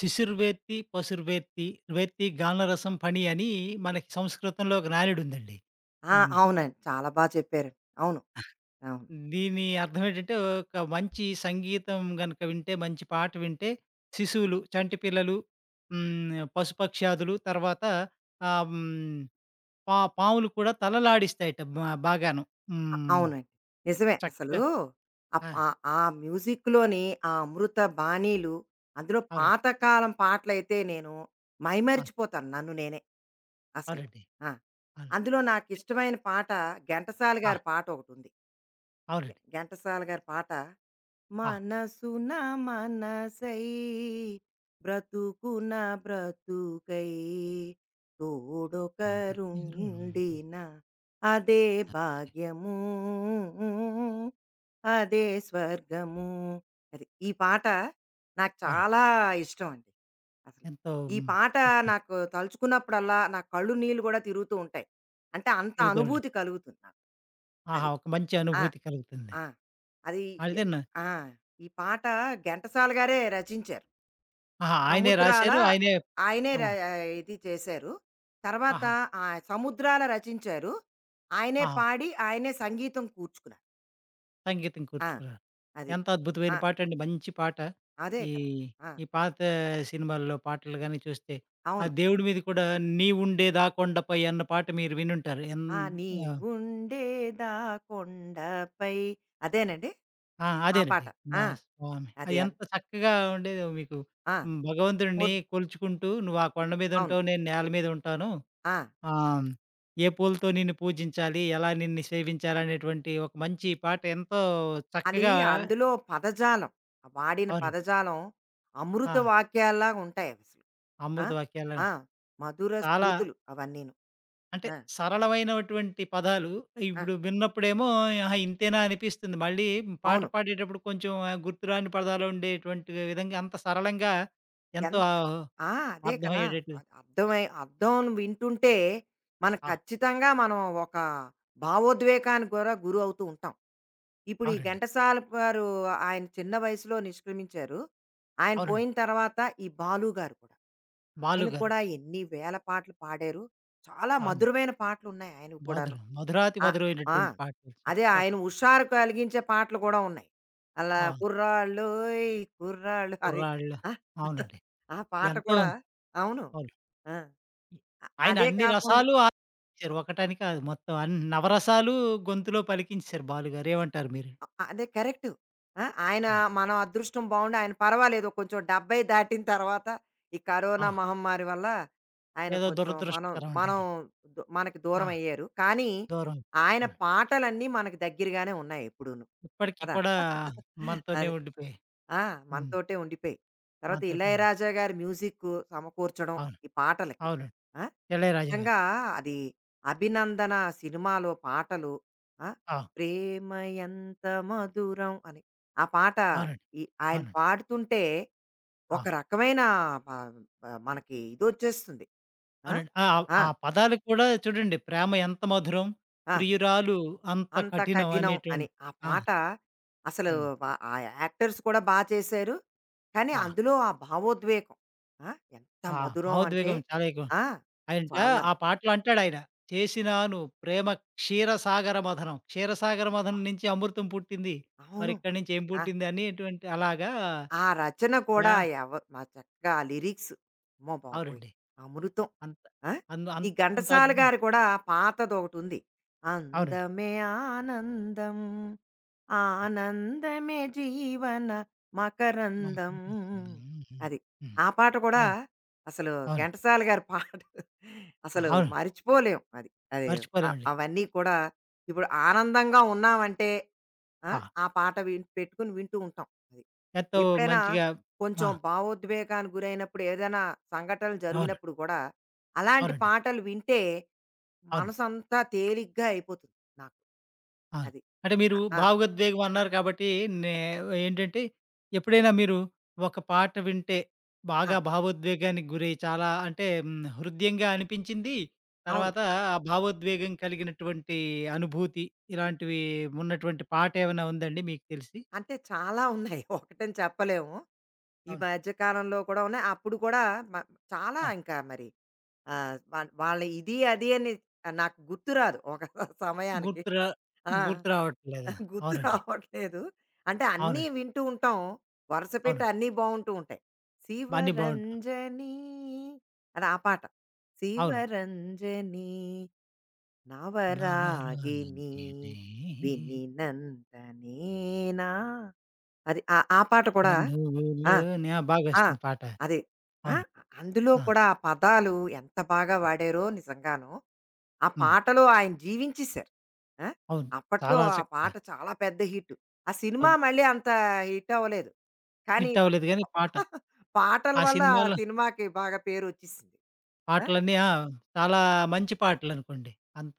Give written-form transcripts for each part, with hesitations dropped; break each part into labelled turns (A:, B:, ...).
A: శిశుర్వేత్తి, పశుర్వేత్తి, వేత్తి గానరసం ఫణి అని మనకి సంస్కృతంలో ఒక నానుడుందండి.
B: ఆ!
A: హ్మ్.
B: అవునండి. చాలా బా చెప్పారు. అవును. అవును.
A: దీని అర్థం ఏంటంటే, ఒక మంచి సంగీతం గనక వింటే, మంచి పాట వింటే శిశువులు, చంటి పిల్లలు, పశుపక్ష్యాదులు తర్వాత ఆహ్, హ్మ్, పాములు కూడా తలలాడిస్తాయట బాగాను.
B: అ
A: హ్మ్.
B: అవునండి. నిజమే. అసలు
A: చక్కగా.
B: అప్
A: ఆ!
B: ఆ ఆ మ్యూజిక్‌లోని ఆ 'అమృత బాణీలు' అందులో
A: అవునండి.
B: పాతకాలం పాటలైతే నేను
A: ఆ!
B: మైమరిచిపోతాను నన్ను నేనే అసలు.
A: అవునండి.
B: ఆ!
A: అవును.
B: అందులో నాకిష్టమైన పాట ఘంటసాల
A: ఆ!
B: గారి పాటొకటుంది. ఘ
A: అవునండి.
B: ఘంటసాల గారి పాట
A: ఆ!
B: మనసున మనసై బ్రతుకున బ్రతుకై
A: అవునండి.
B: తోడొకరుండిన అదే భాగ్యము అదే స్వర్గము అది ఈ పాట నాకు చాలా ఇష్టం అండి అసలు.
A: ఎంతో
B: ఈ పాట
A: ఇష్టం.
B: నాకు తలుచుకున్నప్పుడల్లా నా కళ్ళు నీళ్ళు కూడా తిరుగుతూ ఉంటాయి. అంటే అంత
A: తిరుగుతాడు.
B: అనుభూతి కలుగుతుంది నాకు.
A: ఆహా!
B: అది
A: ఒక మంచి అనుభూతి కలుగుతుంది.
B: ఆ! అది ఈ
A: అయితే న
B: ఆ! ఈ పాట ఘంటసాల గారే రచించారు.
A: ఆహా! ఆయనే
B: 'సముద్రాల'
A: రాశారు. ఆయనే
B: ఆయనే
A: ఆ!
B: ర ఇది చేశారు. తర్వాత
A: ఆహా!
B: 'సముద్రాల' రచించారు. ఆయనే
A: ఆహా!
B: పాడి, ఆయనే సంగీతం కూర్చుకున్నారు.
A: సంగీతం
B: ఆ!
A: కూర్చుకున్నారు.
B: అది.
A: ఎంత
B: ఆ!
A: అద్భుతమైన పాటండి. మంచి పాట.
B: అదే
A: ఈ,
B: కదా! ఆ!
A: ఈ పాత సినిమాల్లో పాటలు గాని చూస్తే, ఆ
B: అవును.
A: దేవుడి మీద కూడా 'నీవుండే దాకొండపై' అన్న పాట మీరు వినుంటారు.
B: ఆ
A: ఆహ్,
B: నీవుండేదా కొండపై అదేనండి?
A: ఆ!
B: ఆ పాట.
A: అదేనండి. నా
B: ఆ!
A: స్వామి అది
B: అది.
A: ఎంత చక్కగా ఉండేదో మీకు.
B: ఆ!
A: హ్మ్. భగవంతుడిని
B: ముద్
A: కొలుచుకుంటూ నువ్వు ఆ కొండ మీద
B: అవును.
A: ఉంటావు, నేను నేల మీద ఉంటాను.
B: ఆ!
A: ఆ! ఏ పూలతో నిన్ను పూజించాలి, ఎలా నిన్ను సేవించాలనేటువంటి ఒక మంచి పాట ఎంతో
B: అది
A: చక్కగా.
B: అందులో పదజాలం ఆ వాడిన
A: అవును.
B: పదజాలం అమృత
A: ఆ!
B: వాక్యాల్లా ఉంటాయి అవి అసలు. ఆ
A: అమృత వాక్యాలు
B: ఆ మధుర
A: చాలా
B: స్మృతులు అవన్నీను.
A: అంటే
B: ఆ,
A: సరళమైనటువంటి పదాలు.
B: ఆ,
A: ఇప్పుడు విన్నప్పుడేమో ఆహా! ఇంతేనా అనిపిస్తుంది. మళ్ళీ పాట
B: అవును
A: పాడేటప్పుడు కొంచెం గుర్తురాని పదాలు ఉండేటువంటి విధంగా అంత సరళంగా ఎంతో
B: ఎంత ఆ అదే కదా
A: అర్థమయ్యేటట్టు.
B: అది అర్థం వింటుంటే మనం
A: ఆ!
B: ఖచ్చితంగా మనం ఒక భావోద్వేగానికి కూడా గురి అవుతూ ఉంటాం. ఇప్పుడు ఈ
A: అవునండి.
B: ఘంటసాల గారు ఆయన చిన్న వయసులో నిష్క్రమించారు. ఆయన
A: అవునండి.
B: పోయిన తర్వాత ఈ బాలు గారు కూడా.
A: 'బాలు'
B: ఆయన
A: గారు.
B: కూడా ఎన్ని వేల పాటలు పాడారు. చాలా
A: అవును.
B: మధురమైన పాటలున్నాయి ఆయనవి కూడాను.
A: మధురం మధురాతి
B: ఆ! ఆ!
A: మధురమైనటువంటి పాటలు
B: అదే
A: చక్కగా
B: ఆయన
A: పాడారు.
B: హుషారు కలిగించే పాటలు కూడా ఉన్నాయి. అలా
A: ఆ!
B: కుర్రాళ్ళోయ్ కుర్రాళ్ళు అది.
A: 'కుర్రాళ్ళు'.
B: ఆ!
A: అవునండి.
B: ఆ పాట
A: ఎంతో.
B: కూడా అవును.
A: అవును.
B: ఆ!
A: ఆయన
B: అదే
A: అన్ని
B: కాకుండా
A: రసాలు ఆస్వాదించారు. ఒకటని కాదు మొత్తం నవరసాలు గొంతులో పలికించేశారు బాలుగారు. ఏమంటారు మీరు?
B: అ అదే కరెక్టు. ఆ! ఆయన
A: ఆ!
B: మన అదృష్టం బావుండి ఆయన పర్వాలేదు కొంచెం 70 దాటిన తర్వాత ఈ
A: ఆ!
B: కరోనా మహమ్మారి వల్ల ఆయన
A: ఏదో
B: కొంచెం మనం
A: దురదృష్టకరం అండి
B: మనం
A: అది.
B: మనకి
A: ఆ!
B: దూరమయ్యారు. కానీ
A: దూరం.
B: ఆయన
A: అవును.
B: పాటలన్నీ మనకు దగ్గరగానే ఉన్నాయి ఎప్పుడూను.
A: ఇప్పటికి
B: కదా!
A: కూడా మనతోనే
B: అదే.
A: ఉండిపోయాయి.
B: ఆ!
A: హ్మ్.
B: మనతోటే ఉండిపోయాయి. తర్వాత
A: మనతోటే ఉండి
B: 'ఇళయరాజా' గారి మ్యూజిక్ సమకూర్చడం
A: అవును.
B: ఈ పాటలకి.
A: అవునండి.
B: ఆ!
A: 'ఇళయరాజా' గారు.
B: నిజంగా అది 'అభినందన' సినిమాలో పాటలు ఆ!
A: ఆ!
B: 'ప్రేమ ఎంత మధురం' అని ఆ పాట
A: అవునండి.
B: ఈ ఆయన
A: అవునండి.
B: పాడుతుంటే
A: ఆ!
B: ఒక రకమైన ప ప మనకి ఇదొచ్చేస్తుంది. ఆ!
A: అవునండి. ఆ!
B: ఆ!
A: ఆ పదాలు కూడా చూడండి 'ప్రేమ ఎంత మధురం,
B: ఆ!
A: ప్రియురాలు అంత
B: అంత
A: కఠినం'
B: కఠినం అని.
A: అనేటువంటి
B: ఆ
A: ఆ!
B: పాట అసలు
A: హ్మ్.
B: వ ఆ యాక్టర్స్ కూడా బా చేశారు. కానీ
A: ఆ!
B: అందులో ఆ భావోద్వేగం ఆ! ఎంత
A: ఆ
B: మధురం అంటే
A: భావోద్వేగం చాలా ఎక్కువ.
B: ఆ!
A: ఆయనంట
B: చాలాను.
A: ఆ పాటలో అంటాడాయన. చేసినాను ప్రేమ క్షీరసాగర మథనం. క్షీరసాగర
B: ఆ!
A: మథనం నుంచి అమృతం పుట్టింది.
B: అవును.
A: మరిక్కడి నుంచి ఏం
B: ఆ!
A: పుట్టింది అనేటువంటి అలాగా
B: ఆ రచన కూడా
A: యా
B: మా చక్కగా ఆ లిరిక్స్ అమ్మో బాబోయ్!
A: అవునండి.
B: అమృతం.
A: అంత
B: ఆ!
A: అంద అం
B: ఈ
A: అంత
B: ఘంటసాల
A: అద్భు
B: గారు కూడా పాతదొకటుంది.
A: అవునండి.
B: అందమే ఆనందం, ఆనందమే జీవన మకరందం.
A: మాకనిపించింది. హుహు.
B: అది.
A: హ్మ్.
B: ఆ పాట కూడా
A: అవును.
B: అసలు
A: అవును.
B: ఘంటసాల గారి పాట అసలు
A: అవును.
B: మరిచిపోలేం అది. అది.
A: మర్చిపోలేమండి.
B: అవన్నీ కూడా ఇప్పుడు ఆనందంగా ఉన్నామంటే ఆ!
A: ఆ!
B: ఆ పాట పెట్టుకుని వింటూ ఉంటాం అది.
A: ఎంతో
B: ఎప్పుడైనా
A: మంచిగా. ఆ!
B: కొంచెం భావోద్వేగానికి గురైనప్పుడు ఏదైనా సంఘటనలు
A: అవును.
B: జరిగినప్పుడు కూడా అలాంటి
A: అవునండి.
B: పాటలు వింటే
A: అవును.
B: మనసంతా తేలిగ్గా అయిపోతుంది నాకు.
A: ఆ!
B: అది.
A: అంటే
B: ఆ!
A: మీరు
B: ఆ!
A: భావోద్వేగం అన్నారు కాబట్టి, నే ఏంటంటే ఎప్పుడైనా మీరు ఒక పాట వింటే
B: ఆ!
A: బాగా భావోద్వేగానికి గురై చాలా అంటే హృద్యంగా అనిపించింది.
B: అవును.
A: తర్వాత ఆ భావోద్వేగం కలిగినటువంటి అనుభూతి ఇలాంటివి ఉన్నటువంటి పాట ఏమైనా ఉందండి మీకు తెలిసి?
B: అంటే చాలా ఉన్నాయి. ఒకటని చెప్పలేము. ఈ
A: అవును.
B: మధ్య కాలంలో కూడా ఉన్నాయి. అప్పుడు కూడా మ చాలా
A: ఆ!
B: ఇంకా మరి వాళ్ళ ఇది అది అని నాకు గుర్తురాదు ఒక సమయానికి.
A: గుర్తురా
B: ఆ!
A: గుర్తు రావట్లేదా?
B: గుర్తు
A: అవునండి.
B: రావట్లేదు. అంటే అన్నీ
A: అవునండి.
B: వింటూ ఉంటాం. వరుసపెట్టి
A: అవునండి.
B: అన్నీ బావుంటూ ఉంటాయి.
A: అన్నీ బావుంటాయి.
B: శివరంజని అది ఆ పాట.
A: అవును.
B: శివరంజని
A: నవరంగిణి
B: నవరాగిని వినినంతనేనా అది ఆ ఆ పాట కూడా ఆ!
A: కనువులోన. ఆ!
B: ఆ!
A: బాగొస్తుంది పాట.
B: అది. ఆ!
A: అవును.
B: అందులో
A: ఆ!
B: కూడా ఆ పదాలు ఎంత బాగా వాడారో నిజంగాను. ఆ
A: హ్మ్.
B: పాటలో ఆయన జీవించేశారు. ఆ!
A: అవును.
B: అప్పట్లో
A: చాలా
B: ఆ
A: చక్కగా.
B: పాట చాలా పెద్ద హిట్. ఆ సినిమా
A: అవును.
B: మళ్ళీ అంత హిట్ అవ్వలేదు. కానీ
A: హిట్ అవ్వలేదు గానీ పాట.
B: పాటల
A: ఆ
B: వల్ల ఆ
A: సినిమాలో
B: సినిమాకి బాగా పేరొచ్చేసింది. ఆ!
A: పాటలన్నీ ఆ! చాలా మంచి పాటలనుకోండి. అంత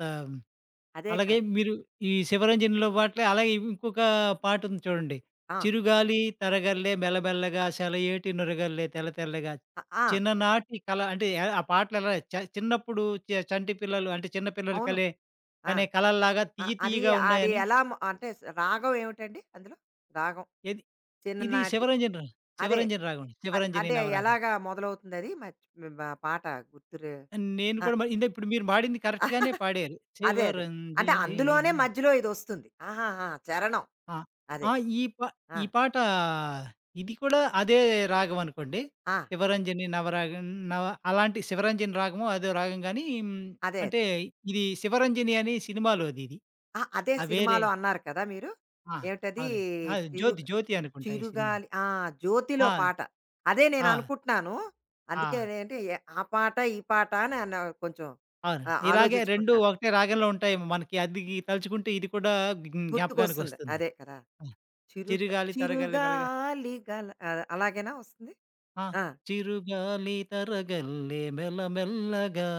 B: అదే
A: అలాగే
B: కదా!
A: మీరు ఈ 'శివరంజని'లో పాటలే అలాగే ఇంకొక పాటుంది చూడండి.
B: ఆ!
A: 'చిరుగాలి తరగల్లే మెల్లమెల్లగా సెలయేటి నురగల్లే తెల్ల తెల్లగా'
B: ఆ! ఆ,
A: చిన్ననాటి కల అంటే ఆ పాటలెలా చిన్నప్పుడు చంటి పిల్లలు అంటే చిన్న పిల్లలు
B: అవును.
A: కలే
B: ఆ!
A: కనే కలల్లాగా
B: ఆ!
A: తియ్య
B: అది
A: తియ్యగా
B: అది
A: ఉన్నాయని.
B: ఎలా మ అంటే రాగం ఏమిటండి అందులో? రాగం
A: ఏది ఇది
B: చిన్ననాటి
A: 'శివరంజని'
B: అదే
A: 'శివరంజని' రాగం. 'శివరంజని
B: అంటే
A: నవరాగం.'
B: ఎలాగా మొదలవుతుందది? మర్చి బ పాట గుర్తురే
A: నేను
B: ఆ!
A: కూడా మరి ఇప్పుడు మీరు పాడింది కరెక్ట్ గానే పాడారు.
B: అదే అదే. అంటే
A: 'శివరంజని'
B: అందులోనే మధ్యలో ఇదొస్తుంది. ఆహాహా! చరణం.
A: ఆ!
B: అదే.
A: ఆ! ఈ పా
B: ఆ!
A: ఈ పాట ఇది కూడా అదే రాగం అనుకోండి.
B: ఆ!
A: 'శివరంజని నవరాగం' నవ అలాంటి 'శివరంజని' రాగమో అదో రాగం గానీ
B: అదే.
A: అంటే ఇది 'శివరంజని' అని సినిమాలోది ఇది.
B: ఆ! అదే
A: ఆ వేరే
B: సినిమాలో అన్నారు కదా మీరు.
A: ఆ!
B: ఏమిటది
A: అవునండి. ఆ!
B: చిరు
A: 'జ్యోతి జ్యోతి' అనుకుంటా ఈ సినిమా.
B: చిరుగాలి ఆ! 'జ్యోతి'లో
A: ఆ!
B: పాట. అదే
A: ఆ!
B: నేననుకుంటున్నాను. అందుకే
A: ఆ!
B: ఏంటి ఆ పాట, ఈ పాట అని అన్నా కొంచెం
A: అవునండి. ఇలాగే 2
B: ఆలోచించుకుంటున్నాను.
A: ఒకటే రాగంలో ఉంటాయేమో మనకి అది తలుచుకుంటే ఇది కూడా
B: గుర్తుకొస్తుంది.
A: జ్ఞాపకానికొస్తుంది.
B: అదే కదా! చిరుగ
A: చిరుగాలి తరగల్లే మెల్లగా.
B: చిరుగాలి గల అలాగేనా వస్తుంది?
A: ఆ!
B: ఆ!
A: చిరుగాలి తరగల్లే మెల్లమెల్లగా,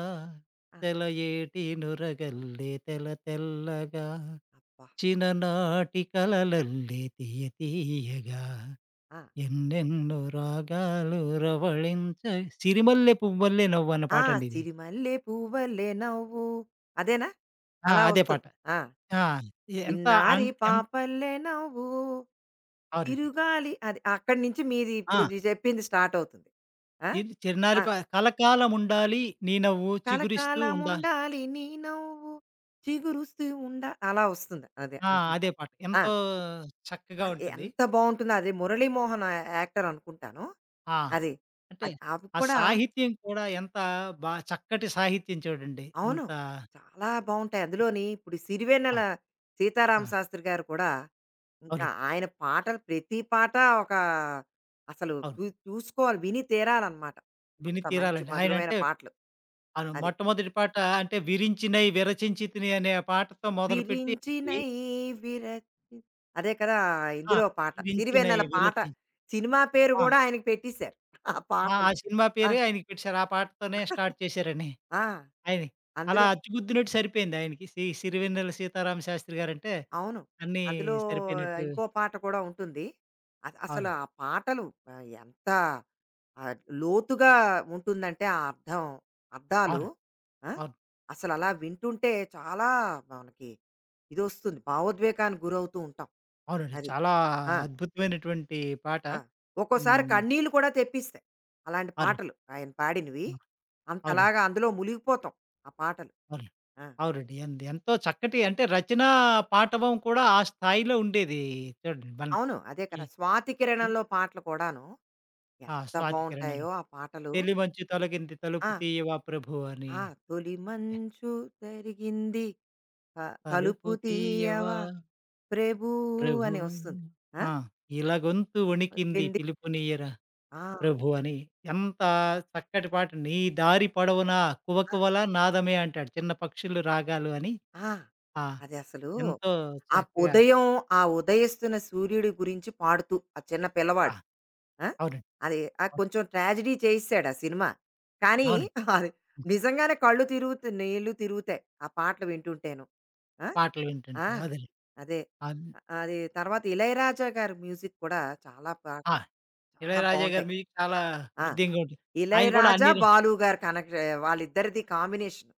B: ఆ!
A: తెలయేటి నురగల్లే తెల్లగా,
B: అబ్బా!
A: చిన్ననాటి కలలల్లే తియ్య తియ్యగా,
B: ఆ!
A: ఎన్నెన్నో రాగాలు రవళించ సిరిమల్లె పువ్వల్లే నవ్వన్న
B: ఆ!
A: పాటండిది.
B: సిరిమల్లె పువ్వలె నవ్వు అదేనా?
A: ఆ!
B: అలా
A: అదే పాట.
B: వస్తుంది. ఆ!
A: ఆ! ఎంత
B: చిన్నారి
A: అన్ ఎం
B: పాపల్లె నవ్వు
A: అవునండి.
B: తిరుగాలి అది అక్కడి నుంచి మీది ఇప్పుడు
A: ఆ!
B: నీ చెప్పింది స్టార్ట్ అవుతుంది. ఆ!
A: ఇది
B: ఆ!
A: చిన్నారి కలకాలముండాలి నీ నవ్వు చిగురిస్తూ
B: కలకాలం
A: ఉండా.
B: ఉండాలి నీ నవ్వు చిగురుస్తూ ఉండ అలా వస్తుంది. అదే
A: ఆ!
B: అనుకుంటా.
A: అదే పాట.
B: ఆ!
A: ఎంతో చక్కగా
B: అది
A: ఉంటుంది.
B: ఎంత బావుంటుందో అది 'మురళీమోహన్' యాక్టర్ అనుకుంటాను.
A: ఆ!
B: అది.
A: అంటే
B: అది అవి
A: ఆ
B: కూడా
A: సాహిత్యం కూడా ఎంత బా చక్కటి సాహిత్యం చూడండి.
B: అవును.
A: అంత
B: చాలా బావుంటాయి. అందులోని ఇప్పుడు
A: ఆ!
B: 'సిరివెన్నెల సీతారామ
A: ఆ!
B: శాస్త్రి' గారు కూడా ఇంకా
A: అవునండి.
B: ఆయన పాటలు ప్రతి పాట ఒక అసలు
A: అవును.
B: చూసుకోవాలి. విని తీరాలనమాట.
A: విని
B: అంత మంచి
A: తీరాలండి.
B: మధురమైన
A: ఆయనంటే
B: పాటలు. అది.
A: మొట్టమొదటి పాట అంటే 'విరించినై విరచించితిని' అనే పాటతో మొదలుపెట్టి ఈ
B: విరించినై విరచి అదే కదా!
A: ఆ!
B: ఇందులో పాట.
A: 'విరించినై
B: సిరివెన్నెల పాట.
A: విరచిం'
B: సినిమా పేరు
A: ఆ!
B: గూడా ఆయనకి పెట్టేసారు. ఆ
A: ఆ! ఆ
B: పాటలు.
A: సినిమా
B: ఆ!
A: పేరే ఆయనకి పెట్టేసారు. ఆ పాటతోనే స్టార్ట్ చేశారని.
B: ఆ!
A: ఆయనకి అలా
B: అందులో
A: అచ్చుగుద్దినట్టు సరిపోయింది ఆయనకి. సిరివెన్నెల సీతారామ శాస్త్రి గారంటే
B: అవును.
A: అన్నీ
B: అందులో
A: సరిపోయినట్టు.
B: ఇంకో పాట కూడా ఉంటుంది. అసలు
A: అవును.
B: ఆ పాటలు ఎంత ఆ లోతుగా ఉంటుందంటే ఆ అర్థం అర్థాలు
A: అవునండి.
B: ఆ?
A: అవును.
B: అసలు అలా వింటుంటే చాలా మనకి ఇది వస్తుంది భావోద్వేగానికి గురవుతూ ఉంటాం
A: అవునండి.
B: అది
A: చాలా
B: ఆ,
A: అద్భుతమైనటువంటి పాట.
B: ఆ.
A: హ్మ్.
B: ఒక్కోసారి కన్నీళ్ళు కూడా తెప్పిస్తాయి అలాంటి
A: అవునండి.
B: పాటలు ఆయన పాడినవి
A: ఆ! అవునండి.
B: అంతలాగా అందులో మునిగిపోతాం ఆ పాటలు
A: అవును.
B: ఆ.
A: అవునండి. ఎంతో చక్కటి అంటే రచనా పాటవం కూడా ఆ స్థాయిలో ఉండేది. చూడండి మన
B: అవును అదే
A: ఈ
B: కదా స్వాతి
A: ఈ
B: కిరణంలో పాటలు కూడాను
A: ఆ!
B: ఎంత
A: స్వాతి కిరణాలు.
B: బాగుంటాయో ఆ పాటలు
A: "తెలిమంచు తొలగింది
B: ఆ
A: తలుపు తీయవా ప్రభు" అని.
B: ఆ తొలి మంచు తరిగింది
A: తలుపు
B: తలుపు
A: తీయవా
B: తీయవా 'ప్రేభూ'
A: ప్రభు.
B: అని వస్తుంది. ఆ!
A: ఆ! ఇలా గొంతు వణికింది
B: వింది
A: పిలుపునియ్యరా
B: ఆ!
A: ప్రభు అని. ఎంత చక్కటి పాట. నీ దారి పొడవునా
B: ఆ!
A: కువకువల నాదమే అంటాడు. చిన్న పక్షులు రాగాలు అని.
B: ఆ!
A: ఆ!
B: అది అసలు
A: ఎంతో
B: ఆ
A: చక్కగా.
B: ఉదయం, ఆ ఉదయిస్తున్న సూర్యుడి గురించి పాడుతూ ఆ చిన్న
A: ఆ!
B: పిల్లవాడు. ఆ!
A: అవునండి.
B: అది ఆ
A: అవును.
B: కొంచెం ట్రాజడీ చేయిసాడు ఆ సినిమా. కానీ
A: అవునండి.
B: అది
A: హ్మ్.
B: నిజంగానే కళ్ళు తిరుగుతు నీళ్ళు తిరుగుతాయి. ఆ పాటలు వింటుంటేను. ఆ!
A: పాటలు
B: ఆ!
A: వింటుంటే అదేలే.
B: అదే.
A: అన్
B: అది తర్వాత 'ఇళయరాజా' గారి మ్యూజిక్ కూడా చాలా
A: ఆ!
B: పాటలు చాలా
A: 'ఇళయరాజా' గారి
B: బావుంటాయి.
A: మ్యూజిక్ చాలా
B: ఆ!
A: హృద్యంగా ఉంటుంది. ఆయన కూడా అన్ని
B: 'ఇళయరాజా',
A: ర
B: 'బాలు' గారి కనెక్ట్ వాళ్ళిద్దరిది కాంబినేషన్.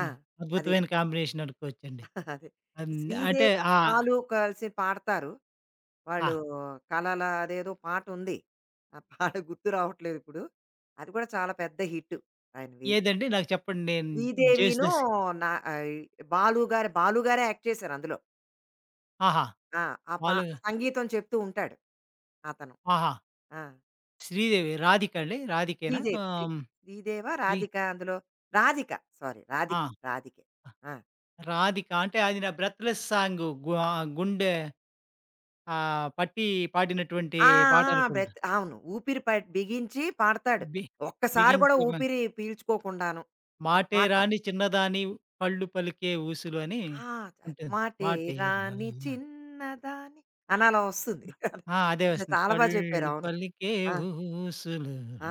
B: ఆ! అది.
A: అద్భుతమైన కాంబినేషన్ అనుకోవచ్చండి.
B: అదే. ఈ
A: అన్ అంటే
B: శ్రీదేవి
A: ఆ!
B: పాలు కలిసి పాడతారు.
A: ఆ!
B: వాళ్ళు కలల అదేదో పాటుంది. ఆ పాట గుర్తు రావట్లేదు ఇప్పుడు. అది కూడా చాలా పెద్ద హిట్ ఆయనవి.
A: ఏదండి నాకు చెప్పండి నేను
B: శ్రీదేవిను
A: 'జేసుదాస్'
B: నా బాలు గారే యాక్ట్ చేశారు అందులో.
A: ఆహా!
B: ఆ! ఆ పా
A: బాలు.
B: సంగీతం చెప్తూ ఉంటాడు అతను.
A: ఆహా!
B: ఆ!
A: శ్రీదేవి 'రాధిక' అండి? 'రాధికేనా'?
B: శ్రీదేవి
A: ఆహ్,
B: శ్రీ
A: హ్మ్.
B: శ్రీదేవా?
A: శ్రీ
B: రాధికా అందులో? రాధిక. సారీ రాధికే.
A: ఆ!
B: రాధికే. ఆ!
A: రాధిక అంటే అది నా 'బ్రెత్లెస్' సాంగు. గుండె పట్టి పాడినటువంటి
B: ఆ! ఆ!
A: పాటనుకుంటా.
B: బ్రెత్ అవును. ఊపిరి ప బిగించి పాడతాడు.
A: బి
B: ఒక్కసారి కూడా
A: బిగించి
B: ఊపిరి పీల్చుకోకుండాను. ఆ
A: మాటే
B: పాట.
A: రాని చిన్నదాని కళ్ళు పలికే ఊసులు అని
B: ఆ!
A: ఉంటుంది.
B: "మాటే
A: మాటే
B: రాని
A: రాని
B: చిన్నదాని" అని అలా వస్తుంది.
A: ఆ! అదే
B: అది
A: వస్తుంది.
B: చాలా బా చెప్పారు.
A: కళ్ళు
B: అవును.
A: పలికే
B: ఆ!
A: ఊసులు
B: ఆ!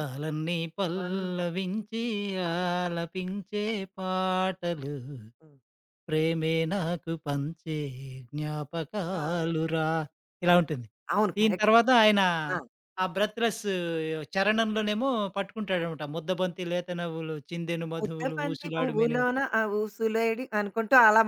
B: ఇ వన్
A: పల్లవించి ఆలపించే పాటలు.
B: హ్మ్.
A: ప్రేమే నాకు పంచే
B: ఆ!
A: జ్ఞాపకాలురా ఇలా
B: అది.
A: ఉంటుంది.
B: అవును.
A: దీని
B: కరెక్ట్.
A: తర్వాత ఆయన
B: ఆ!
A: ఆ బ్రెత్‌లెస్ చరణంలోనేమో పట్టుకుంటాడనమాట. ముద్దబంతి లేత నవ్వులు చిందెను మధువులు
B: "ముద్దబంతి
A: ఊసులాడు మెను.
B: పువ్వులోన ఆ ఊసులేడి" అనుకుంటూ అలా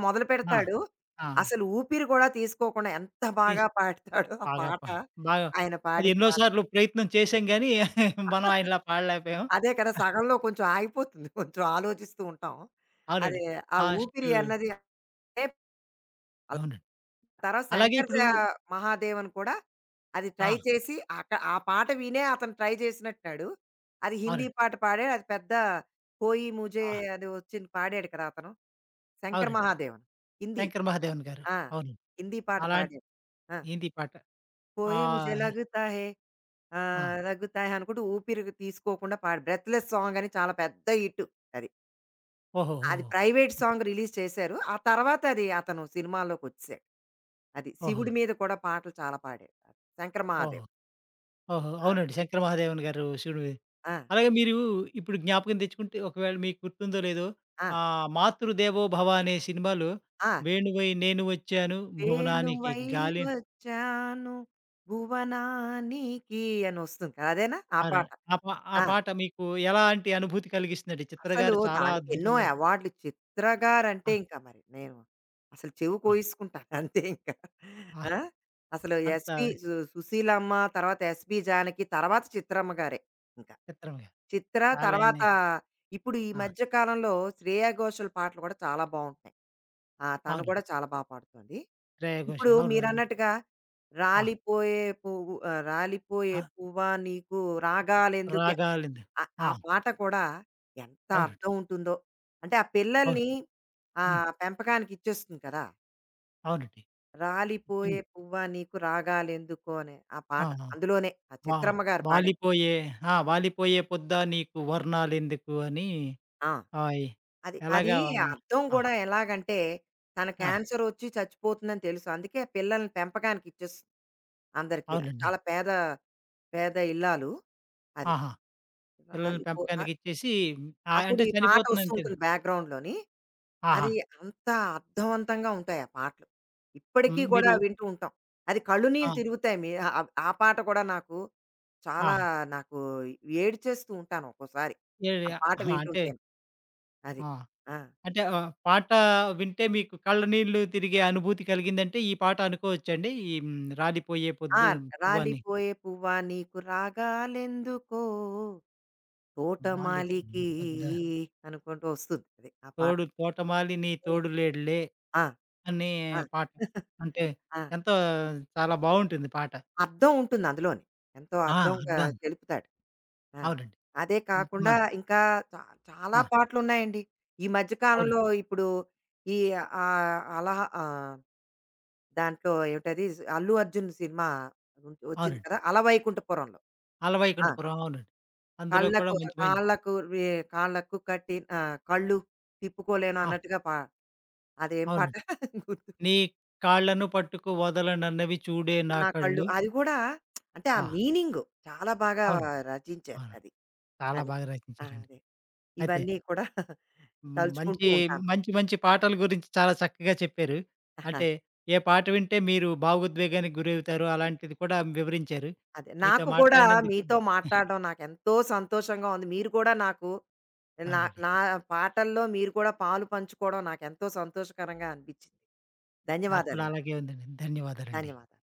A: ఆ!
B: మొదలుపెడతాడు.
A: ఆ!
B: అసలు ఊపిరి కూడా తీసుకోకుండా ఎంత బాగా
A: తీస్
B: పాడతాడో ఆ
A: బాగా
B: పాట.
A: పా బాగా
B: ఆయన
A: అది
B: పాడిన
A: ఎన్నో
B: పాట.
A: సార్లు ప్రయత్నం చేశాం గానీ మనం ఆయనలా పాడలేకపోయాం.
B: అదే కదా! సగంలో కొంచెం ఆగిపోతుంది. కొంచెం ఆలోచిస్తూ ఉంటాం.
A: అవునండి.
B: అదే ఆ ఊపిరి
A: లాస్టు.
B: అన్నది అంటే అలా.
A: అవునండి.
B: తర్వాత
A: అలాగే
B: శంకర్ జ
A: ఇప్పుడు
B: మహాదేవన్ కూడా అది ట్రై
A: ఆ!
B: చేసి ఆ పాట వినే అతను ట్రై చేసినట్టున్నాడు. అది హిందీ
A: అవునండి.
B: పాట పాడాడు. అది పెద్ద 'కోయి ముజే'
A: ఆ!
B: అది వచ్చింది పాడాడు కదా! అతను. శంకర్
A: అవునండి.
B: మహాదేవన్. హిందీ.
A: శంకర్ మహాదేవన్ గారు.
B: ఆ!
A: అవును.
B: హిందీ పాట
A: అలాంటి
B: పాడాడు. ఆ!
A: హిందీ పాట. ఆ!
B: 'కోయి ముజే లగ్తా హై
A: ఆ!
B: లగ్తా హై' అనుకుంటూ ఊపిరి తీసుకోకుండా పాడు 'బ్రెత్‌లెస్ సాంగ్' అని చాలా పెద్ద హిట్ అది.
A: ఓహో!
B: అది ప్రైవేట్ సాంగ్ రిలీజ్ చేశారు. ఆ తర్వాత అది అతను సినిమాల్లోకొచ్చేసాడు. అది.
A: ఓహో!
B: శివుడి మీద కూడా పాటలు చాలా పాడాడు. అతను, శంకర
A: ఓహో!
B: మహాదేవ్.
A: ఓహో!
B: ఆ!
A: అవునండి. శంకర మహాదేవన్ గారు శివుడివి.
B: ఆ!
A: అలాగే మీరు ఇప్పుడు జ్ఞాపకం తెచ్చుకుంటే ఒకవేళ మీకు గుర్తుందో లేదో
B: ఆ!
A: 'మాతృదేవో భవ' అనే సినిమాలో
B: ఆ!
A: 'వేణువై నేను వచ్చాను భువనానికి
B: వేణువై
A: గాలి'
B: వచ్చాను భువనానికి అనొస్తుంది కదా! అదేనా? ఆ
A: అరే!
B: పాట.
A: ఆ
B: ఆ!
A: పాట మీకు ఎలాంటి అనుభూతి కలిగిస్తుందండి? చిత్ర
B: అసలు
A: గారు చాలా
B: దానికెన్నో
A: అద్భుతంగా.
B: అవార్డులు. చిత్ర గారంటే
A: ఆ!
B: ఇంకా మరి నేను అసలు చెవి
A: ఆ!
B: కోయిసుకుంటాను అంతే ఇంకా.
A: ఆ!
B: ఆ! అసలు
A: అంత
B: ఎస్‌పి సుశీలమ్మ, తర్వాత ఎస్‌పి జానకి, తర్వాత చిత్రమ్మ గారే ఇంక.
A: చిత్రంగా
B: చిత్ర
A: చాలా
B: తర్వాత ఇప్పుడు ఈ
A: ఆ!
B: మధ్య కాలంలో శ్రేయా ఘోషల్ పాటలు కూడా చాలా బావుంటాయి. ఆ! తను
A: అవునండి.
B: కూడా చాలా బా పాడుతుంది.
A: శ్రేయ
B: ఇప్పుడు
A: ఘోషాల్ అవును. అవును.
B: మీరన్నట్టుగా
A: ఆ!
B: రాలిపోయే
A: ఆ!
B: పువ్వా నీకు రాగాలెందుకే
A: రాగాలిందు.
B: ఆ ఆ
A: ఆ!
B: పాట కూడా ఎంత
A: అవునండి.
B: అర్థం ఉంటుందో. అంటే ఆ
A: అవును.
B: పిల్లల్ని
A: హ్మ్.
B: పెంపకానికి ఇచ్చేస్తుంది కదా!
A: అవునండి. ఇన్
B: రాలిపోయే పువ్వా నీకు రాగాలెందుకో అనే ఆ పాట
A: ఆహా!
B: అందులోనే ఆ
A: వా
B: చిత్రమ్మ గారు పాడిన.
A: వాలిపోయే ఆ! వాలిపోయే పొద్దా నీకు వర్ణాలెందుకు అని
B: ఆ!
A: ఆయ్
B: అది అది
A: ఎలాగా
B: అర్థం
A: ఆ!
B: కూడా ఎలాగంటే తన
A: ఆ!
B: క్యాన్సర్ వచ్చి చచ్చిపోతుందని తెలుసు. అందుకే పిల్లల్ని పెంపకానికి ఇచ్చేస్తుంది అందరికీ.
A: అవునండి.
B: చాలా పేద ఇల్లాలు. అది.
A: ఆహా! పిల్లల్ని
B: రాలిపో అ
A: పెంపకానికి ఇచ్చేసి
B: అప్పుడు
A: అంటే
B: ఈ పాట
A: చనిపోతుందంతే.
B: వస్తుంటుంది బ్యాక్‌గ్రౌండ్‌లోని.
A: ఆహా!
B: అది అంత అర్థవంతంగా ఉంటాయి ఆ పాటలు. ఇప్పటికీ
A: హ్మ్.
B: కూడా
A: మీరు
B: వింటూ ఉంటాం. అది కళ్ళు నీళ్ళు
A: ఆ!
B: తిరుగుతాయి. మీ ఆ ఆ పాట కూడా నాకు
A: ఆ!
B: చాలా నాకు ఏడ్చేస్తూ ఉంటాను ఒక్కోసారి.
A: ఏడి
B: ఆ పాట
A: ఆహా! అంటే
B: వింటుంటేను. అది.
A: ఆ!
B: ఆ!
A: అంటే పాట వింటే మీకు కళ్ళ నీళ్ళు తిరిగే అనుభూతి కలిగిందంటే ఈ పాట అనుకోవచ్చండి? ఈ హ్మ్. రాలిపోయే
B: ఆ!
A: పొద్దు పువ్వని.
B: రాలిపోయే పువ్వా నీకు రాగాలెందుకో
A: వాలిపోయే
B: తోటమాలికి
A: పొద్దా
B: అనుకుంటూ వస్తుంది అది ఆ పాట.
A: తోడు తోటమాలి నీ
B: హ్మ్.
A: తోడు లేడులే.
B: ఆ!
A: అనే
B: ఆ!
A: పాట. అంటే
B: ఆ!
A: ఎంతో చాలా బావుంటుంది పాట.
B: అర్థం ఉంటుంది అందులోని. ఎంతో
A: ఆ!
B: అర్థంగా
A: అర్థం.
B: తెలుపుతాడు. ఆ!
A: అవునండి.
B: అదే
A: ఇంత
B: కాకుండా
A: మ
B: ఇంకా చా చాలా
A: ఆ!
B: పాటలున్నాయండి. ఈ మధ్య
A: అవునండి.
B: కాలంలో ఇప్పుడు ఈ అలా ఆహ్, దాంట్లో ఏమిటది 'అల్లు అర్జున్' సినిమా వచ్చింది
A: అవునండి.
B: కదా! 'అలవైకుంఠపురంలో.' ఆ!
A: 'ఆలవైకుంఠపురం' అవునండి. అందులో కూడా
B: కళ్ళకు
A: మంచి మం
B: కాళ్ళకు వే కాళ్ళకు కట్టి కళ్ళు తిప్పుకోలేను
A: ఆ!
B: అన్నట్టుగా అదేం పాట
A: అవునండి.
B: గుర్తు
A: 'నీ కాళ్ళను పట్టుకు వదలనన్నవి చూడే నా
B: నా కళ్ళు
A: కళ్ళు'
B: అది కూడా అంటే ఆ
A: ఆ!
B: మీనింగ్ చాలా బాగా
A: అవును.
B: రచించారు
A: అవును.
B: అది.
A: చాలా
B: అది.
A: బాగా
B: ఆ!
A: రచించారండి.
B: అదే.
A: అయితే
B: ఇవన్నీ కూడా
A: హ్మ్,
B: తలుచుకుంటూ
A: మంచి,
B: ఉంటాను.
A: మంచి మంచి పాటల గురించి చాలా చక్కగా చెప్పారు.
B: ఆహా!
A: అంటే ఏ పాట వింటే మీరు భావోద్వేగానికి గురవుతారో అలాంటిది కూడా వివరించారు.
B: అదే.
A: మీతో
B: నాకు కూడా
A: మాట్లాడినందుకు
B: మీతో మాట్లాడడం నాకెంతో సంతోషంగా ఉంది. మీరు కూడా నాకు నా
A: అవునండి.
B: నా పాటల్లో మీరు కూడా పాలు పంచుకోవడం నాకెంతో సంతోషకరంగా అనిపించింది.
A: నాకు కూడా
B: ధన్యవాదాలండి.
A: అలాగే ఉందండి. ధన్యవాదాలండి.
B: ధన్యవాదాలు.